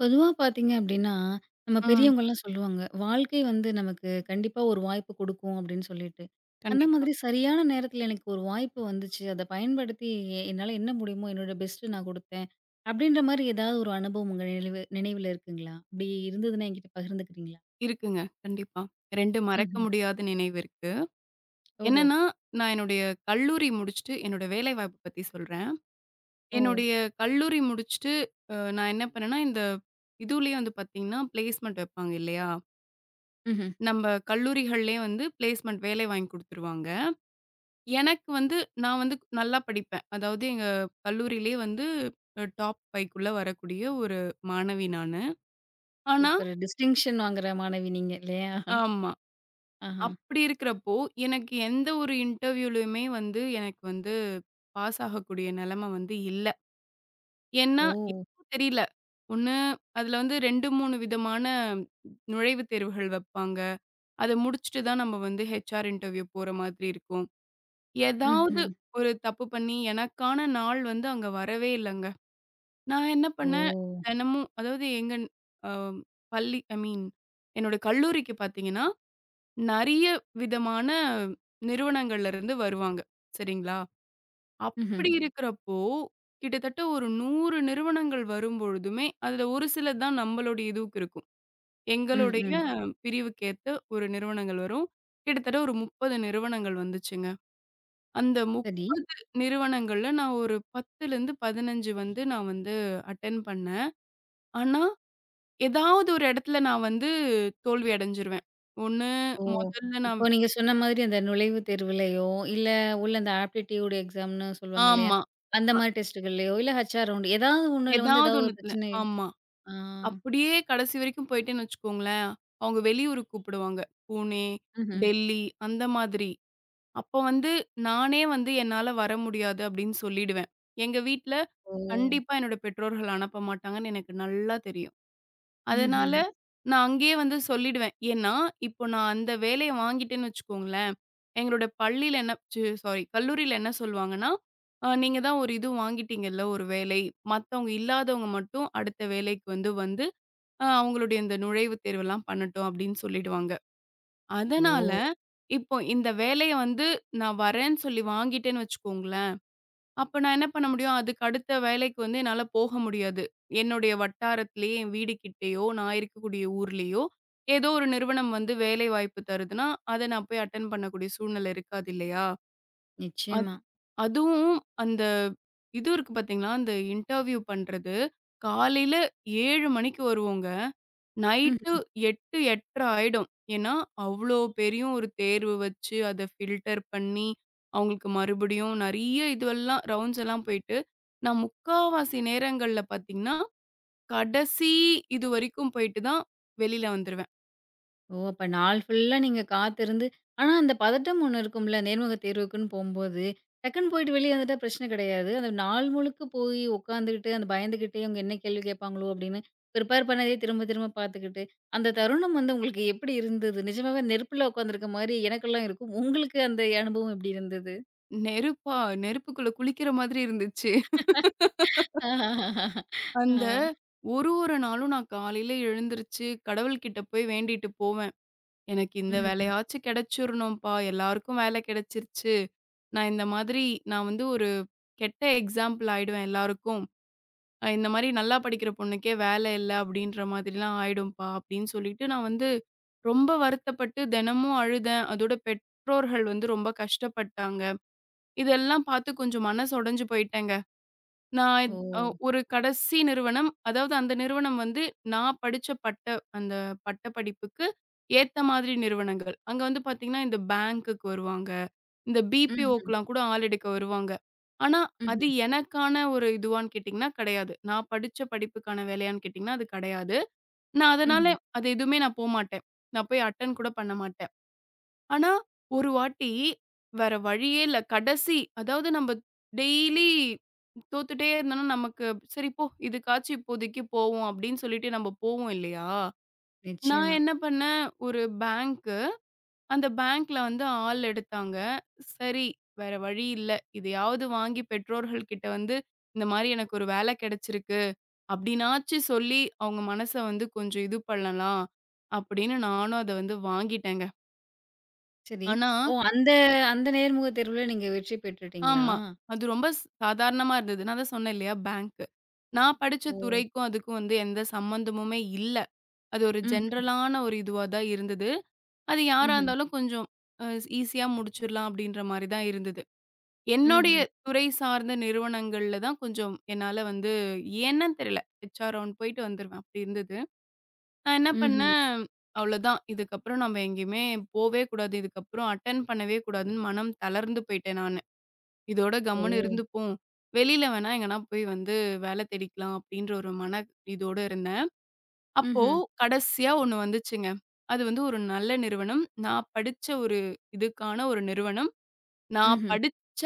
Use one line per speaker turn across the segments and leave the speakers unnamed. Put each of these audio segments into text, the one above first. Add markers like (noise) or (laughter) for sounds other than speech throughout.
பொதுவா பார்த்தீங்க அப்படின்னா, நம்ம
ம்.
பெரியவங்கலாம் சொல்லுவாங்க. வாழ்க்கை வந்து நமக்கு கண்டிப்பா ஒரு வாய்ப்பு குடுக்கும் அப்படின்னு சொல்லிட்டு. அந்த
கண்டிப்பா.
மாதிரி சரியான நேரத்தில எனக்கு ஒரு வாய்ப்பு வந்துச்சு. அத பயன்படுத்தி என்னால என்ன முடியுமோ என்னோட பெஸ்ட்டு நான் குடுத்தேன். அப்படின்ற மாரி ஏதாவது ஒரு அனுபவம் உங்க நினைவுல இருக்குங்களா? அப்படி இருந்ததுன்னா என்கிட்ட பகிர்ந்துக்கிறீங்களா?
இருக்குங்க. கண்டிப்பா. 2 மறக்க
ம்ஹ்ம்.
முடியாத நினைவு இருக்கு.
ஓஹோ!
என்னன்னா, நான் என்னுடைய கல்லூரி முடிச்சுட்டு என்னோட வேலைவாய்ப்பு பத்தி சொல்றேன்.
ஓ!
என்னுடைய கல்லூரி முடிச்சுட்டு நான் என்ன பண்ணேன்னா, இந்த இதுலயே வந்து பார்த்தீங்கன்னா, பிளேஸ்மென்ட் வைப்பாங்க இல்லையா?
ம்ஹ்ம்.
நம்ம கல்லூரிகள்லயே வந்து பிளேஸ்மென்ட் வேலை வாங்கி குடுத்துருவாங்க. எனக்கு வந்து நான் வந்து நல்லா படிப்பேன். அதாவது எங்க கல்லூரியிலயே வந்து டாப் 5க்குள்ள வரக்கூடிய ஒரு மாணவி நானு. ஆனா
சூப்பர். டிஸ்டிங்ஷன் வாங்குற மாணவி நீங்க இல்லையா?
ஆமா.
ஆஹா.
அப்படி இருக்கிறப்போ, எனக்கு எந்த ஒரு இன்டர்வியூலயுமே வந்து எனக்கு வந்து பாஸ் ஆகக்கூடிய நிலைமை வந்து இல்ல. ஏன்னா,
ஓ!
என்னவோ தெரியல. ஒண்ணு அதுல வந்து 2, 3 விதமான நுழைவுத் தேர்வுகள் வைப்பாங்க. அத முடிச்சுட்டு தான் நம்ம வந்து ஹெச்ஆர் இன்டர்வியூ போற மாதிரி இருக்கும். ஏதாவது
ம்ஹ்ம்.
ஒரு தப்பு பண்ணி எனக்கான நாள் வந்து அங்க வரவே இல்லங்க. நான் என்ன பண்ணேன்,
ஓ!
தினமும் அதாவது எங்க அ பள்ளி ஐ மீன் என்னோட கல்லூரிக்கு பார்த்தீங்கன்னா நெறைய விதமான நிறுவனங்கள்ல இருந்து வருவாங்க. சரிங்களா?
ம்ஹ்ம்.
அப்படி இருக்கிறப்போ, கிட்டத்தட்ட ஒரு 100 நிறுவனங்கள் வரும்பொழுதுமே, அதுல ஒரு சிலது தான் நம்மளுடைய இதுவுக்கு இருக்கும்.
ம்,
எங்களுடைய
ம்.
பிரிவுக்கேத்த ஒரு நிறுவனங்கள் வரும். கிட்டத்தட்ட ஒரு 30 நிறுவனங்கள் வந்துச்சுங்க. அந்த
சரி.
30 நிறுவனங்கள்ல நான் ஒரு 10லருந்து 15 வந்து நான் வந்து அட்டெண்ட் பண்ணேன். ஆனா, ஏதாவது ஒரு இடத்துல நான் வந்து தோல்வி அடைஞ்சிருவேன். ஒண்ணு
ஓ!
முதல்ல நான்
இப்போ நீங்க சொன்ன மாதிரி அந்த நுழைவுத் தேர்வுலயோ, இல்ல உள்ள அந்த ஆப்டிட்யூட் எக்ஸாம்ன்னு சொல்லுவாங்க இல்லையா?
ஆமா.
அந்த மாதிரி டெஸ்ட்டுகள்லயோ, இல்ல ஹெச்ஆர் ரவுண்ட் ஏதாவது ஒண்ணுல வந்து
ஏதாவது
ஏதாவது ஒரு
ஒண்ணுத்துல.
பிரச்சனை.
ஆமா.
ஆ.
அப்படியே கடைசி வரைக்கும் போயிட்டேன்னு வச்சுக்கோங்களேன், அவங்க வெளியூர் கூப்பிடுவாங்க. புனே,
ம்ஹ்ம்.
டெல்லி அந்த மாதிரி. அப்போ வந்து நானே வந்து என்னால வர முடியாது அப்படின்னு சொல்லிடுவேன். எங்க வீட்ல
ஓ!
கண்டிப்பா என்னோட பெற்றோர்கள் அனுப்ப மாட்டாங்கன்னு எனக்கு நல்லா தெரியும். அதனால,
ம்ஹ்ம்.
நான் அங்கேயே வந்து சொல்லிடுவேன். ஏன்னா, இப்போ நான் அந்த வேலைய வாங்கிட்டேன்னு வச்சுக்கோங்களேன், எங்களோட பள்ளியில என்ன ச்சீ சாரி கல்லூரியில என்ன சொல்லுவாங்கன்னா, நீங்க தான் ஒரு இது வாங்கிட்டீங்கல்ல ஒரு வேலை. மத்தவங்க இல்லாதவங்க மட்டும் அடுத்த வேலைக்கு வந்து வந்து அவங்களுடைய இந்த நுழைவுத் தேர்வெல்லாம் பண்ணட்டும்." அப்படின்னு சொல்லிடுவாங்க. அதனால,
ஓ!
இப்போ இந்த வேலைய வந்து நான் வரேன்னு சொல்லி வாங்கிட்டேன்னு வச்சுக்கோங்களேன் அப்ப நான் என்ன பண்ண முடியும்? அதுக்கு அடுத்த வேலைக்கு வந்து என்னால போக முடியாது. என்னுடைய வட்டாரத்திலேயே, என் வீடு கிட்டேயோ, நான் இருக்கக்கூடிய ஊர்லயோ, ஏதோ ஒரு நிறுவனம் வந்து வேலை வாய்ப்பு தருதுன்னா, அத நான் போய் அட்டெண்ட் பண்ணக்கூடிய சூழ்நிலை இருக்காது இல்லையா? அத்
நிச்சயமா.
அதுவும் அந்த இது இருக்கு பார்த்தீங்களா? அந்த இன்டர்வியூ பண்றது, காலையில 7 மணிக்கு வருவோங்க. நைட்டு
ம்.
8, 8:30 ஆயிடும். ஏன்னா, அவ்ளோ பெரிய ஒரு தேர்வு வச்சு, அத ஃபில்டர் பண்ணி, அவங்களுக்கு மறுபடியும் நெறைய இதுவெல்லாம் ரவுண்ட்ஸ் எல்லாம் போயிட்டு, நான் முக்காவாசி நேரங்கள்ல பார்த்தீங்கன்னா, கடைசி இது வரைக்கும் போயிட்டு தான் வெளில வந்துருவேன்.
ஓ! அப்ப நாள் ஃபுல்லா நீங்க காத்திருந்து ஆனா அந்த பதட்டம் ஒண்ணு இருக்கும்ல, நேர்முக தேர்வுக்குன்னு போம்போது. டக்குன்னு போயிட்டு வெளிய வந்துட்டா பிரச்சனை கிடையாது. அந்த நாள் முழுக்க போய் உட்காந்துக்கிட்டு, அந்த பயந்துகிட்டே அவங்க என்ன கேள்வி கேட்பாங்களோ அப்படின்னு, ப்ரிப்பேர் பண்ணதே திரும்ப திரும்ப பார்த்துக்கிட்டு, அந்த தருணம் வந்து உங்களுக்கு எப்படி இருந்தது? நிஜமாவே நெருப்புல உட்காந்துருக்க மாரி எனக்கெல்லாம் இருக்கும். உங்களுக்கு அந்த அனுபவம் எப்படி இருந்தது?
நெருப்பா நெருப்புக்குள்ள குளிக்கிற மாதிரி இருந்துச்சு.
(laughs)
அந்த
ஆ.
ஒரு ஒரு நாளும் நான் காலையில எழுந்திருச்சு, கடவுள்கிட்ட போய் வேண்டிட்டு போவேன். எனக்கு இந்த
ம்.
வேலையாச்சும் கிடைச்சிரணும்ப்பா, எல்லாருக்கும் வேலை கிடைச்சிருச்சு. நான் இந்த மாதிரி நான் வந்து ஒரு கெட்ட எக்ஸாம்பிள் ஆயிடுவேன் எல்லாருக்கும். இந்த மாரி நல்லா படிக்கிற பொண்ணுக்கே வேலை இல்ல அப்படின்ற மாதிரிலாம் ஆயிடும்ப்பா அப்படின்னு சொல்லிட்டு, நான் வந்து ரொம்ப வருத்தப்பட்டு தினமும் அழுதேன். அதோட பெற்றோர்கள் வந்து ரொம்ப கஷ்டப்பட்டாங்க. இதெல்லாம் பார்த்து கொஞ்சம் மனசு உடைஞ்சு போயிட்டேங்க. நான்
ஓ!
இத் அ ஒரு கடைசி நிறுவனம், அதாவது அந்த நிறுவனம் வந்து நான் படிச்ச பட்ட அந்த பட்டப்படிப்புக்கு ஏத்த மாதிரி நிறுவனங்கள். அங்க வந்து பார்த்தீங்கன்னா, இந்த பேங்க்குக்கு வருவாங்க. இந்த
ம்ஹ்ம்.
பிபிஓக்குலாம் கூட ஆள் எடுக்க வருவாங்க. ஆனா,
ம்ஹ்ம்.
அது எனக்கான ஒரு இதுவான்னு கேட்டீங்கன்னா கிடையாது. நான் படிச்ச படிப்புக்கான வேலையான்னு கேட்டீங்கன்னா அது கிடையாது. நான் அதனால
ம்ஹ்ம்.
அது எதுவுமே நான் போமாட்டேன். நான் போய் அட்டெண்ட் கூட பண்ண மாட்டேன். ஆனா, ஒரு வாட்டி வேற வழியே இல்ல. கடைசி அதாவது நம்ம டெய்லி தோத்துட்டே இருந்தோம்னா நமக்கு சரி போ இதுக்காச்சும் இப்போதைக்கு போவோம் அப்படின்னு சொல்லிட்டு நம்ம போவோம் இல்லையா? நான்
நிச்சயமா.
என்ன பண்ணேன் ஒரு பேங்க் அந்த பேங்க்ல வந்து ஆள் எடுத்தாங்க. சரி, வேற வழி இல்ல. இதையாவது வாங்கி பெற்றோர்கள் கிட்ட வந்து, இந்த மாரி எனக்கு ஒரு வேல கிடைச்சிருக்கு. அப்படின்னாச்சு சொல்லி, அவங்க மனச வந்து கொஞ்சம் இது பண்ணலாம். அப்படின்னு நானும் அத வந்து வாங்கிட்டேங்க.
சரி.
ஆனா
ஓ! அந்த அந்த நேர்முக தேர்வுல நீங்க வெற்றி பெற்றுட்டீங்களா?
ஆமா. அது ரொம்ப சாதாரணமா இருந்தது. நான் தான் சொன்னேன் இல்லையா பேங்க்கு. நான் படிச்ச
ஓ!
துறைக்கும் அதுக்கும் வந்து எந்த சம்மந்தமுமே இல்ல. அது ஒரு
హుహు.
ஜென்ரலான ஒரு இதுவா தான் இருந்தது. அது யாரா
హుహు.
இருந்தாலும் கொஞ்சம் அ ஈஸியா முடிச்சிடலாம் அப்படின்ற மாரி தான் இருந்தது.
హుహు.
என்னுடைய துறை சார்ந்த நிறுவனங்கள்ல தான் கொஞ்சம் என்னால வந்து ஏன்னன்னு தெரியல. ஹெச்ஆர் ரவுண்ட் போயிட்டு வந்துருவேன். அப்படி இருந்தது. நான் என்ன
హుహు.
பண்ணேன், அவ்வளோதான். இதுக்கப்புறம் நம்ம எங்கேயுமே போவே கூடாது. இதுக்கப்புறம் அட்டெண்ட் பண்ணவே கூடாதுன்னு மனம் தளர்ந்து போயிட்டேன் நானு. இதோட
ஓ!
கம்முன்னு இருந்துப்போம். வெளியில வேணா எங்கன்னா போய் வந்து வேலை தேடிக்கலாம் அப்படின்ற ஒரு மன இதோட இருந்தேன். அப்போ
ம்ஹ்ம்.
கடைசியா ஒண்ணு வந்துச்சுங்க. அது வந்து ஒரு நல்ல நிறுவனம். நான் படிச்ச ஒரு இதுக்கான ஒரு நிறுவனம். நான்
ம்ஹ்ம்.
படிச்ச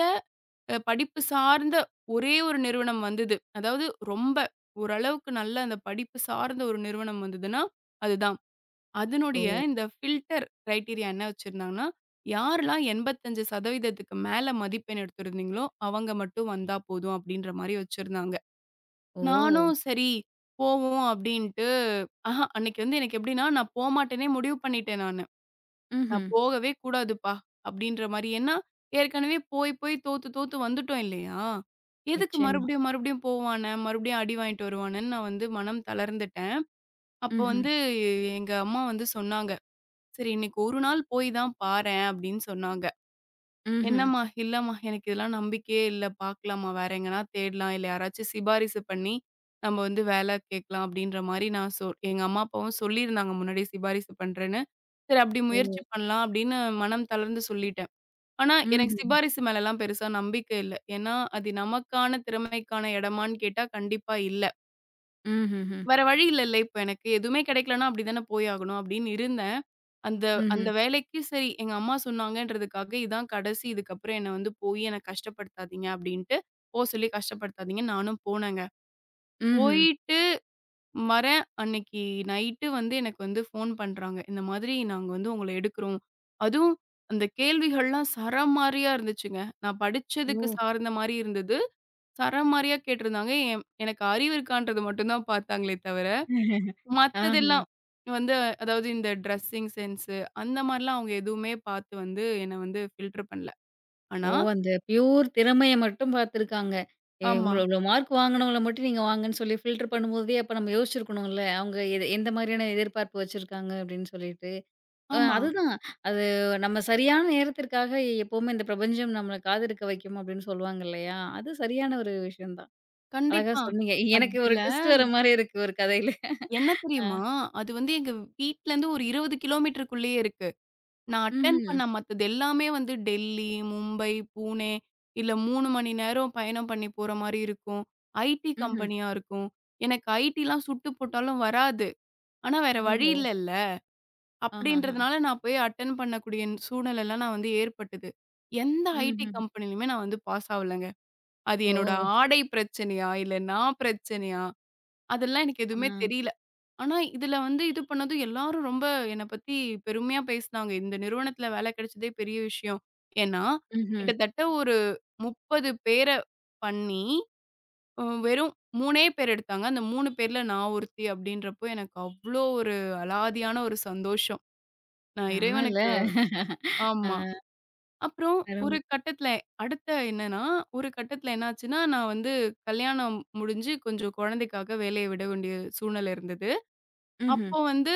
படிப்பு சார்ந்த ஒரே ஒரு நிறுவனம் வந்தது. அதாவது ரொம்ப ஓரளவுக்கு நல்ல அந்த படிப்பு சார்ந்த ஒரு நிறுவனம் வந்ததுன்னா, அதுதான்.
ஓ!
அதனுடைய இந்த ஃபில்டர் கிரைட்டீரியா என்ன வச்சிருந்தாங்கன்னா, யாரெல்லாம் 85% மேல மதிப்பெண் எடுத்திருந்தீங்களோ, அவங்க மட்டும் வந்தா போதும் அப்படின்ற மாரி வச்சிருந்தாங்க.
ஓ!
நானும் சரி போவோம் அப்படின்ட்டு ஆஹா! அன்னைக்கு வந்து எனக்கு எப்படின்னா, நான் போமாட்டேன்னே முடிவு பண்ணிட்டேன் நானு. நான்
ம்ஹ்ம்.
போகவே கூடாதுப்பா! அப்டின்ற மாரி. ஏன்னா, ஏற்கனவே போய், போய் தோத்து, தோத்து வந்துட்டோம் இல்லையா? எதுக்கு
நிச்சயமா.
மறுபடியும், மறுபடியும் போவானே, மறுபடியும் அடி வாங்கிட்டு வருவானேன்னு நான் வந்து மனம் தளர்ந்துட்டேன். அப்போ
ம்ஹ்ம்.
வந்து எங்க அம்மா வந்து சொன்னாங்க. "சரி இன்னைக்கு ஒரு நாள் போய் தான் பாரேன்" அப்டின்னு சொன்னாங்க.
ம்ஹ்ம்.
என்னம்மா, இல்லம்மா. எனக்கு இதெல்லாம் நம்பிக்கையே இல்ல. பார்க்கலாம்மா. வேற எங்கனா தேடலாம். இல்ல யாராச்சும் சிபாரிசு பண்ணி நம்ம வந்து வேல கேட்கலாம் அப்படின்ற மாரி நான் எங்க அம்மா, அப்பாவும் சொல்லியிருந்தாங்க முன்னாடியே சிபாரிசு பண்றேன்னு. சரி அப்படி
ஓ!
முயற்சி பண்ணலாம் அப்படின்னு மனம் தளர்ந்து சொல்லிட்டேன். ஆனா எனக்கு
ம்ஹ்ம்.
சிபாரிசு மேலலாம் பெருசா நம்பிக்கை இல்ல. ஏன்னா, அது நமக்கான திறமைக்கான இடமான்னு கேட்டா கண்டிப்பா இல்ல.
ம்ஹ்ஹ்ம்.
வேற வழி இல்லல்ல. இப்ப எனக்கு எதுவுமே கிடைக்கலன்னா அப்படிதானே போய் ஆகணும் அப்படின்னு இருந்தேன். அந்த அந்த
ம்ஹ்ம்.
வேலைக்கு சரி எங்க அம்மா சொன்னாங்கன்றதுக்காக இதான் கடைசி. இதுக்கப்புறம் என்ன வந்து போய் என்ன கஷ்டப்படுத்தாதீங்க அப்படின்ட்டு, போ சொல்லி கஷ்டப்படுத்தாதீங்கன்னு நானும் போனேங்க.
ம்ஹ்ம்.
போயிட்டு வரேன். அன்னைக்கு நைட்டு வந்து எனக்கு வந்து ஃபோன் பண்றாங்க. இந்த மாதிரி நாங்க வந்து உங்கள எடுக்கிறோம். அதுவும் அந்த கேள்விகள்லாம் சரமாரியா இருந்துச்சுங்க. நான்
ஓ!
படிச்சதுக்கு சார்ந்த மாரி இருந்தது. சரமாரியா கேட்டிருந்தாங்க. எனக்கு அறிவு இருக்கான்றது மட்டும் தான் பார்த்தாங்களே தவிர
ஆஹா. ஓ! (laughs)
மத்ததெல்லாம் வந்து அதாவது இந்த ட்ரெஸ்ஸிங் சென்ஸு அந்த மாரிலாம் அவங்க எதுவுமே பார்த்து வந்து என்ன வந்து ஃபில்டர் பண்ணல. ஆனா
அந்த பியூர் திறமைய மட்டும் பார்த்துருக்காங்க.
ஆமா,
இவ்ளோ இவ்ளோ மார்க் வாங்குனவங்கள மட்டும் நீங்க வாங்கன்னு சொல்லி ஃபில்டர் பண்ணும்போதே, அப்ப நம்ம யோசிச்சிருக்கணும்ல. அவங்க எது எந்த மாதிரியான எதிர்பார்ப்பு வச்சிருக்காங்க அப்படின்னு சொல்லிட்டு.
ஆமா.
அதுதான். அது நம்ம சரியான நேரத்திற்காக எப்பவுமே இந்த பிரபஞ்சம் நம்மள காத்திருக்க வைக்கும் அப்படின்னு சொல்லுவாங்க இல்லையா? அது சரியான ஒரு விஷயம் தான். அழகா
கண்டிப்பா.
சொன்னீங்க. எனக்கு ஒரு
அதுல
ட்விஸ்ட் வர மாரி இருக்கு ஒரு கதையில.
என்ன
ஆ.
தெரியுமா? அது வந்து எங்க வீட்லருந்து ஒரு 20 கிலோமீட்டருக்குள்ளேயே இருக்கு. நான் அட்டெண்ட்
ம்ஹ்ம்.
பண்ண மத்தது எல்லாமே வந்து டெல்லி, மும்பை, புனே இல்ல 3 மணி நேரம் பயணம் பண்ணி போற மாரி இருக்கும். ஐடி
ம்ஹ்ம்.
கம்பெனியா இருக்கும். எனக்கு ஐடிலாம் சுட்டு போட்டாலும் வராது. ஆனா வேற வழி
ஓஹோ!
இல்லல்ல.
ஆஹஹ.
அப்படின்றதுனால நான் போய் அட்டெண்ட் பண்ணக்கூடிய சூழ்நிலைலாம் நான் வந்து ஏற்பட்டது. எந்த ஐடி
ம்ஹ்ம்.
கம்பெனிலயுமே நான் வந்து பாஸ் ஆவலங்க. அது என்னோட
ஓ!
ஆடை பிரச்சனையா? இல்ல நான் பிரச்சனையா? அதெல்லாம் எனக்கு
ஆ.
எதுவுமே தெரியல. ஆனா இதுல வந்து இது பண்ணதும் எல்லாரும் ரொம்ப என்ன பத்தி பெருமையா பேசினாங்க. இந்த நிறுவனத்துல வேலை கிடைச்சதே பெரிய விஷயம். ஏன்னா,
ம்ஹ்ம்.
கிட்டத்தட்ட ஒரு 30 பேர பண்ணி வெறும் 3 பேர் எடுத்தாங்க. அந்த 3 பேர்ல நான் ஒருத்தி அப்படின்றப்போ எனக்கு அவ்ளோ ஒரு அலாதியான ஒரு சந்தோஷம். நான்
செம்மல.
இறைவனுக்கு ஆமா.
ஆ.
அப்புறம்
அரும.
ஒரு கட்டத்துல அடுத்த என்னன்னா, ஒரு கட்டத்துல என்னாச்சுன்னா, நான் வந்து கல்யாணம் முடிஞ்சு கொஞ்சம் குழந்தைக்காக வேலைய விட வேண்டிய சூழ்நிலை இருந்தது.
ம்ஹ்ம்.
அப்போ வந்து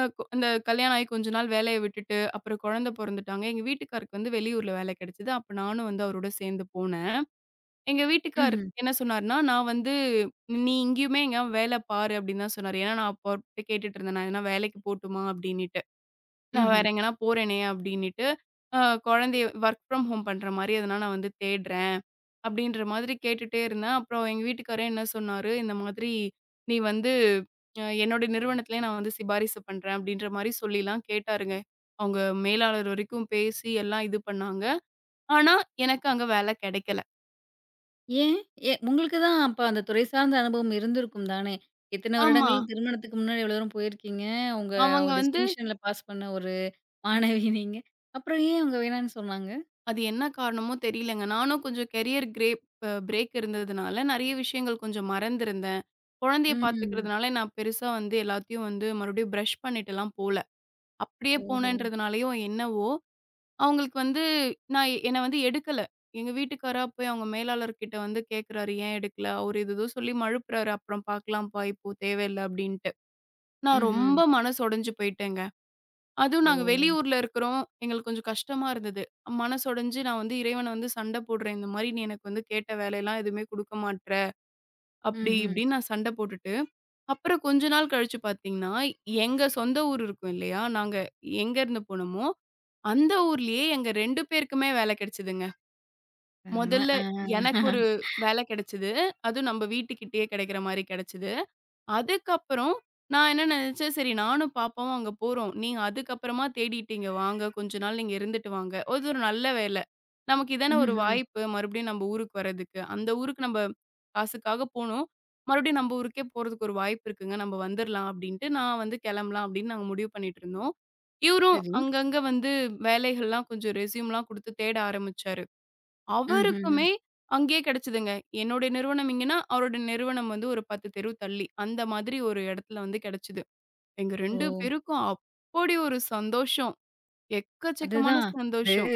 அ கொ இந்த கல்யாணம் ஆகி கொஞ்ச நாள் வேலைய விட்டுட்டு, அப்புறம் குழந்தை பொறந்துட்டாங்க. எங்க வீட்டுக்காருக்கு வந்து வெளியூர்ல வேலை கிடைச்சது. அப்ப நானும் வந்து அவரோட சேர்ந்து போனேன். எங்க வீட்டுக்கார்
ம்ஹ்ம்.
என்ன சொன்னாருன்னா, நான் வந்து "நீ இங்கேயுமே எங்கேயாவது வேலை பாரு" அப்படின்னு தான் சொன்னாரு. ஏன்னா நான் அப்ப அவர்ட்ட கேட்டுட்டு இருந்தேன். நான் எதனா வேலைக்கு போட்டுமா அப்படின்னுட்டு. நான்
ம்ஹ்ம்.
வேற எங்கனா போறேனே அப்டின்னுட்டு, அ குழந்தைய வொர்க் ஃப்ரம் ஹோம் பண்ற மாரி எதனா நான் வந்து தேடுறேன். அப்டின்ற மாதிரி கேட்டுட்டே இருந்தேன். அப்புறம் எங்க வீட்டுக்காரு என்ன சொன்னாரு, இந்த மாதிரி நீ வந்து என்னோட நிறுவனத்திலயே நான் வந்து சிபாரிசு பண்றேன் அப்டின்ற மாரி சொல்லிலாம் கேட்டாருங்க. அவங்க மேலாளர் வரைக்கும் பேசி எல்லாம் இது பண்ணாங்க. ஆனா, எனக்கு அங்க வேல கெடைக்கல.
ஏன்? உங்களுக்கு தான் அப்ப அந்த துறை சார்ந்த அனுபவம் இருந்திருக்கும் தானே? இத்தன
ஆமா.
வருடங்கள் திருமணத்துக்கு முன்னாடி இவ்வளோ தூரம் போயிருக்கீங்க. உங்க
அவங்க
ஒரு
வந்து
டிஸ்டிங்ஷன்ல பாஸ் பண்ண ஒரு மாணவி நீங்க. அப்புறம் ஏன் அவங்க வேணான்னு சொன்னாங்க?
அது என்ன காரணமோ தெரியலங்க. நானும் கொஞ்சம் கெரியர் கிரேப் அ பிரேக் இருந்ததுனால நெறைய விஷயங்கள் கொஞ்சம் மறந்திருந்தேன். குழந்தைய
ம்.
பார்த்துக்கிறதுனால நான் பெருசா வந்து எல்லாத்தையும் வந்து மறுபடியும் பிரஷ் பண்ணிட்டுலாம் போல. அப்படியே
ஓஹோ!
போனேன்றதுனாலயோ என்னவோ, அவங்களுக்கு வந்து நான் என்ன வந்து எடுக்கல. எங்க வீட்டுக்காரா போய் அவங்க மேலாளர்கிட்ட வந்து கேட்குறாரு, "ஏன் எடுக்கல?" அவரு இது ஏதோ சொல்லி மழுப்புறாரு, "அப்புறம் பார்க்கலாம்ப்பா, இப்போ தேவையில்ல" அப்படின்ட்டு. நான்
ம்ஹ்ம்.
ரொம்ப மனசு உடைஞ்சு போயிட்டேங்க. அதுவும்
ஓ!
நாங்க வெளியூர்ல இருக்கிறோம். எங்களுக்கு கொஞ்சம் கஷ்டமா இருந்தது. மனசு உடைஞ்சு நான் வந்து இறைவன வந்து சண்டை போடுறேன், "இந்த மாரி நீ எனக்கு வந்து கேட்ட வேலையெல்லாம் எதுவுமே குடுக்க மாட்ற. அப்படி
ம்ஹ்ம்.
இப்படின்னு நான் சண்டை போட்டுட்டு, அப்புறம் கொஞ்ச நாள் கழிச்சு பார்த்தீங்கன்னா, எங்க சொந்த ஊர் இருக்கும் இல்லையா? நாங்க எங்க இருந்து போனோமோ, அந்த ஊர்லயே எங்க 2 பேருக்குமே வேலை கிடைச்சதுங்க.
செம்ம.
முதல்ல
ஆ.
எனக்கு ஒரு வேலை கிடைச்சது. அதுவும் நம்ம வீட்டுக்கிட்டயே கிடைக்கிற மாரி கிடைச்சது. அதுக்கப்புறம் நான் என்ன நினைச்சேன், சரி நானும் பாப்பாவும் அங்க போறோம். நீங்க அதுக்கப்புறமா தேடிட்டீங்க வாங்க. கொஞ்ச நாள் நீங்க இருந்துட்டு வாங்க. அது ஒரு நல்ல வேலை. நமக்கு இதான ஒரு
ம்ஹ்ம்.
வாய்ப்பு மறுபடியும் நம்ம ஊருக்கு வர்றதுக்கு. அந்த ஊருக்கு நம்ம காசுக்காக போனோம். மறுபடியும் நம்ம ஊருக்கே போறதுக்கு ஒரு வாய்ப்பு இருக்குங்க. நம்ம வந்துரலாம் அப்டின்ட்டு நான் வந்து கிளம்பலாம் அப்டின்னு நாங்க முடிவு பண்ணிட்டு இருந்தோம். இவரும்
சரி.
அங்கங்க வந்து வேலைகள்லாம் கொஞ்சம் ரெஸ்யூம்லாம் குடுத்து தேட ஆரம்பிச்சாரு.
ம்ஹ்ஹ்ம்.
அவருக்குமே அங்கேயே கிடைச்சதுங்க. என்னுடைய நிறுவனம் இங்கன்னா, அவருடைய நிறுவனம் வந்து ஒரு 10 தெரு தள்ளி. அந்த மாதிரி ஒரு இடத்துல வந்து கிடைச்சது. எங்க
ஓ!
2 பேருக்கும் அப்படி ஒரு சந்தோஷம். எக்கச்சக்கமான
அதுதான். அது
சந்தோஷம்.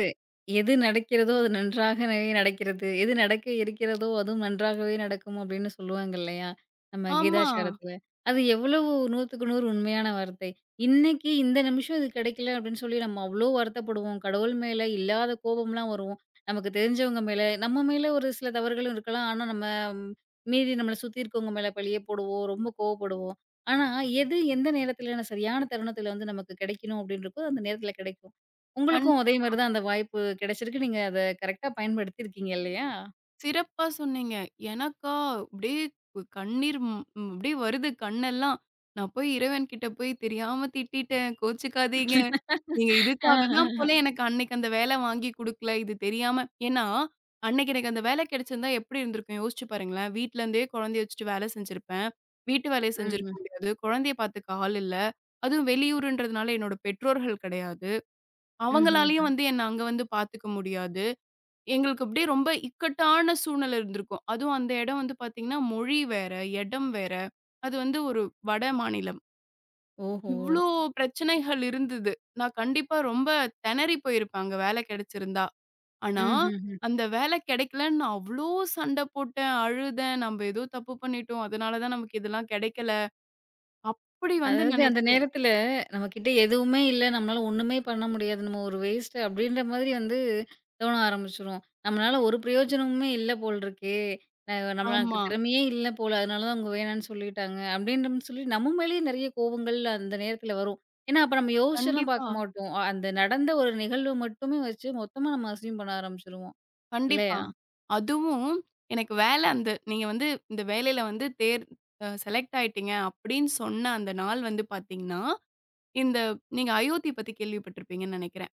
எது நடக்கிறதோ அது நன்றாகவே நடக்கிறது. எது நடக்க இருக்கிறதோ அதுவும் நன்றாகவே நடக்கும் அப்படின்னு சொல்லுவாங்க இல்லையா? நம்ம
ஆமா.
கீதாச்சாரத்துல. அது எவ்வளவு 100க்கு 100 உண்மையான வார்த்தை. இன்னைக்கு இந்த நிமிஷம் இது கிடைக்கல அப்படின்னு சொல்லி நம்ம அவ்ளோ வருத்தப்படுவோம். கடவுள் மேல இல்லாத கோபம்லாம் வரும். நமக்கு தெரிஞ்சவங்க மேல, நம்ம மேல ஒரு சில தவறுகளும் இருக்கலாம். ஆனா நம்ம ம், மீறி நம்மள சுத்தி இருக்கவங்க மேல பழிய போடுவோம். ரொம்ப கோவப்படுவோம். ஆனா எது எந்த நேரத்துல சரியான தருணத்துல வந்து நமக்கு கிடைக்கணும் அப்படின்னு இருக்கோ அந்த நேரத்துல கிடைக்கும்.
கண்
உங்களுக்கும் அதே மாரி தான் அந்த வாய்ப்பு கிடைச்சிருக்கு. நீங்க அத கரெக்ட்டா பயன்படுத்தியிருக்கீங்க இல்லையா?
சிறப்பா சொன்னீங்க. எனக்கா அப்படியே கண்ணீர் ம் ம் அப்படியே வருது கண்ணெல்லாம். நான் போய் இறைவன்கிட்ட போய் தெரியாம திட்டிட்டேன். கோச்சுக்காதீங்க. நீங்க இதுக்காக தான்
ஆஹஹ.
போல எனக்கு அன்னைக்கு அந்த வேலை வாங்கி குடுக்கல. இது தெரியாம ஏன்னா, அன்னைக்கு எனக்கு அந்த வேலை கிடைச்சிருந்தா எப்படி இருந்திருக்கும் யோசிச்சு பாருங்களேன். வீட்ல இருந்தே குழந்தைய வச்சுட்டு வேலை செஞ்சிருப்பேன். வீட்டு வேலைய செஞ்சிருக்க
ம்ஹ்ம்.
முடியாது. குழந்தைய பார்த்துக்க ஆள் இல்ல. அதுவும் வெளியூருன்றதுனால என்னோட பெற்றோர்கள் கிடையாது. அவங்களாலயும்
ம்ஹ்ஹ்ம்.
வந்து என்ன அங்க வந்து பார்த்துக்க முடியாது. எங்களுக்கு அப்படியே ரொம்ப இக்கட்டான சூழ்நிலை இருந்திருக்கும். அதுவும் அந்த இடம் வந்து பார்த்தீங்கன்னா, மொழி வேற, இடம் வேற. அது வந்து ஒரு வட மாநிலம்.
ஓஹோ!
இவ்ளோ பிரச்சனைகள் இருந்தது. நான் கண்டிப்பா ரொம்ப திணறி போயிருப்பேன், அங்க வேலை கிடைச்சிருந்தா. ஆனா,
ம்ஹ்ஹ்ம்.
அந்த வேலை கிடைக்கலன்னு நான் அவ்ளோ சண்ட போட்டேன், அழுதேன். "நம்ப ஏதோ தப்பு பண்ணிட்டோம். அதனால தான் நமக்கு இதெல்லாம் கிடைக்கல." அப்படி வந்து
அதாவது அந்த
நினைச்சேன்.
நேரத்துல நம்மகிட்ட எதுவுமே இல்ல. நம்மளால ஒண்ணுமே பண்ண முடியாது. நம்ம ஒரு வேஸ்ட் அப்படின்ற மாதிரி வந்து தோண ஆரம்பிச்சுரும். நம்மளால ஒரு பிரயோஜனமுமே இல்ல போல இருக்கே. அ நம்மளுக்கு
ஆமா.
திறமையே இல்ல போல. அதனால தான் அவங்க வேணான்னு சொல்லிட்டாங்க. அப்படின்ற மாதிரி சொல்லி நம்ம மேலேயே நெறைய கோவங்கள் அந்த நேரத்துல வரும். ஏன்னா, அப்ப நம்ம யோசிச்செல்லாம்
கண்டிப்பா,
பார்க்க மாட்டோம். அந்த நடந்த ஒரு நிகழ்வு மட்டுமே வச்சு மொத்தமா நம்ம அசியூம் பண்ண ஆரம்பிச்சுருவோம்.
கண்டிப்பா.
இல்லையா?
அதுவும் எனக்கு வேலை அந்த நீங்க வந்து இந்த வேலையில வந்து தேர் அ செலக்ட் ஆயிட்டீங்க அப்படின்னு சொன்ன அந்த நாள் வந்து பார்த்தீங்கன்னா, இந்த நீங்க அயோத்தி பத்தி கேள்விப்பட்டிருப்பீங்கன்னு நினைக்கிறேன்.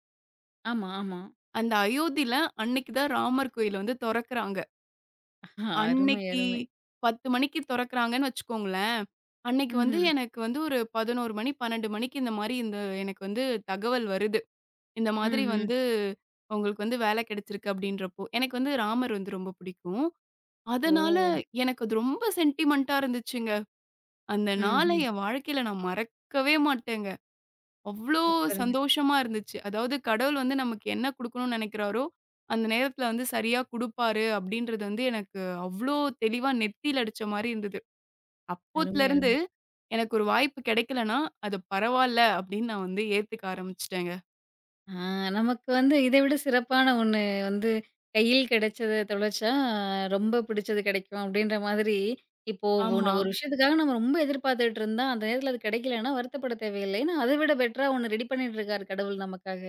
ஆமா, ஆமா.
அந்த அயோத்தியில அன்னைக்கு தான் ராமர் கோயில் வந்து தொறக்குறாங்க.
அருமை,
அன்னைக்கு
அருமை.
10:00 மணிக்கு தொறக்குறாங்கன்னு வச்சுக்கோங்களேன். அன்னைக்கு வந்து
ம்ஹ்ம்.
எனக்கு வந்து ஒரு 11:00 மணி, 12:00 மணிக்கு இந்த மாரி இந்த எனக்கு வந்து தகவல் வருது. இந்த மாதிரி
ம்ஹ்ம்.
வந்து உங்களுக்கு வந்து வேலை கிடைச்சிருக்கு அப்படின்றப்போ. எனக்கு வந்து ராமர் வந்து ரொம்ப பிடிக்கும். அதனால
ஓ!
எனக்கு அது ரொம்ப சென்டிமென்ட்டா இருந்துச்சுங்க. அந்த நாள
ம்ஹ்ம்.
என் வாழ்க்கையில நான் மறக்கவே மாட்டேங்க. அவ்ளோ
சூப்பருங்க.
சந்தோஷமா இருந்துச்சு. அதாவது கடவுள் வந்து நமக்கு என்ன குடுக்கணும்னு நெனைக்கிறாரோ, அந்த நேரத்துல வந்து சரியா குடுப்பாரு அப்டின்றது வந்து எனக்கு அவ்ளோ தெளிவா நெத்தியில அடிச்ச மாரி இருந்தது.
அருமை,
அப்போத்துலருந்து
அருமை.
எனக்கு ஒரு வாய்ப்பு கிடைக்கலன்னா, அது பரவால்ல அப்டின்னு நான் வந்து ஏத்துக்க ஆரம்பிச்சுட்டேங்க.
ஆ நமக்கு வந்து இதை விட சிறப்பான ஒண்ணு வந்து கையில் கிடைச்சத தொலைச்சா, ரொம்ப பிடிச்சது கிடைக்கும் அப்படின்ற மாதிரி, இப்போ ஒண்ணு
ஆமா.
ஒரு விஷயத்துக்காக நம்ம ரொம்ப எதிர்பார்த்துட்டு இருந்தா, அந்த நேரத்துல அது கிடைக்கலன்னா வருத்தப்பட தேவையில்ல. ஏன்னா, அதை விட பெட்டரா ஒண்ணு ரெடி பண்ணிட்டு இருக்காரு கடவுள் நமக்காக,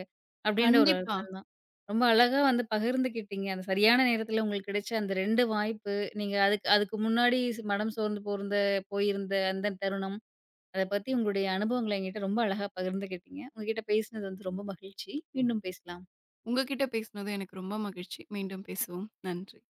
அப்படின்ற ஒரு
கண்டிப்பா.
அர்த்தம் தான். ரொம்ப அழகா வந்து பகிர்ந்துக்கிட்டீங்க. அந்த சரியான நேரத்துல உங்களுக்கு கிடைச்ச அந்த 2 வாய்ப்பு, நீங்க அதுக்கு அதுக்கு முன்னாடி மனம் சோர்ந்து போயிருந்த போயிருந்த அந்த தருணம். அத பத்தி உங்களுடைய அனுபவங்கள என்கிட்ட ரொம்ப அழகா பகிர்ந்துக்கிட்டீங்க. உங்ககிட்ட பேசினது வந்து ரொம்ப மகிழ்ச்சி. மீண்டும் பேசலாம்.
உங்ககிட்ட பேசுனதும் எனக்கு ரொம்ப மகிழ்ச்சி. மீண்டும் பேசுவோம். நன்றி.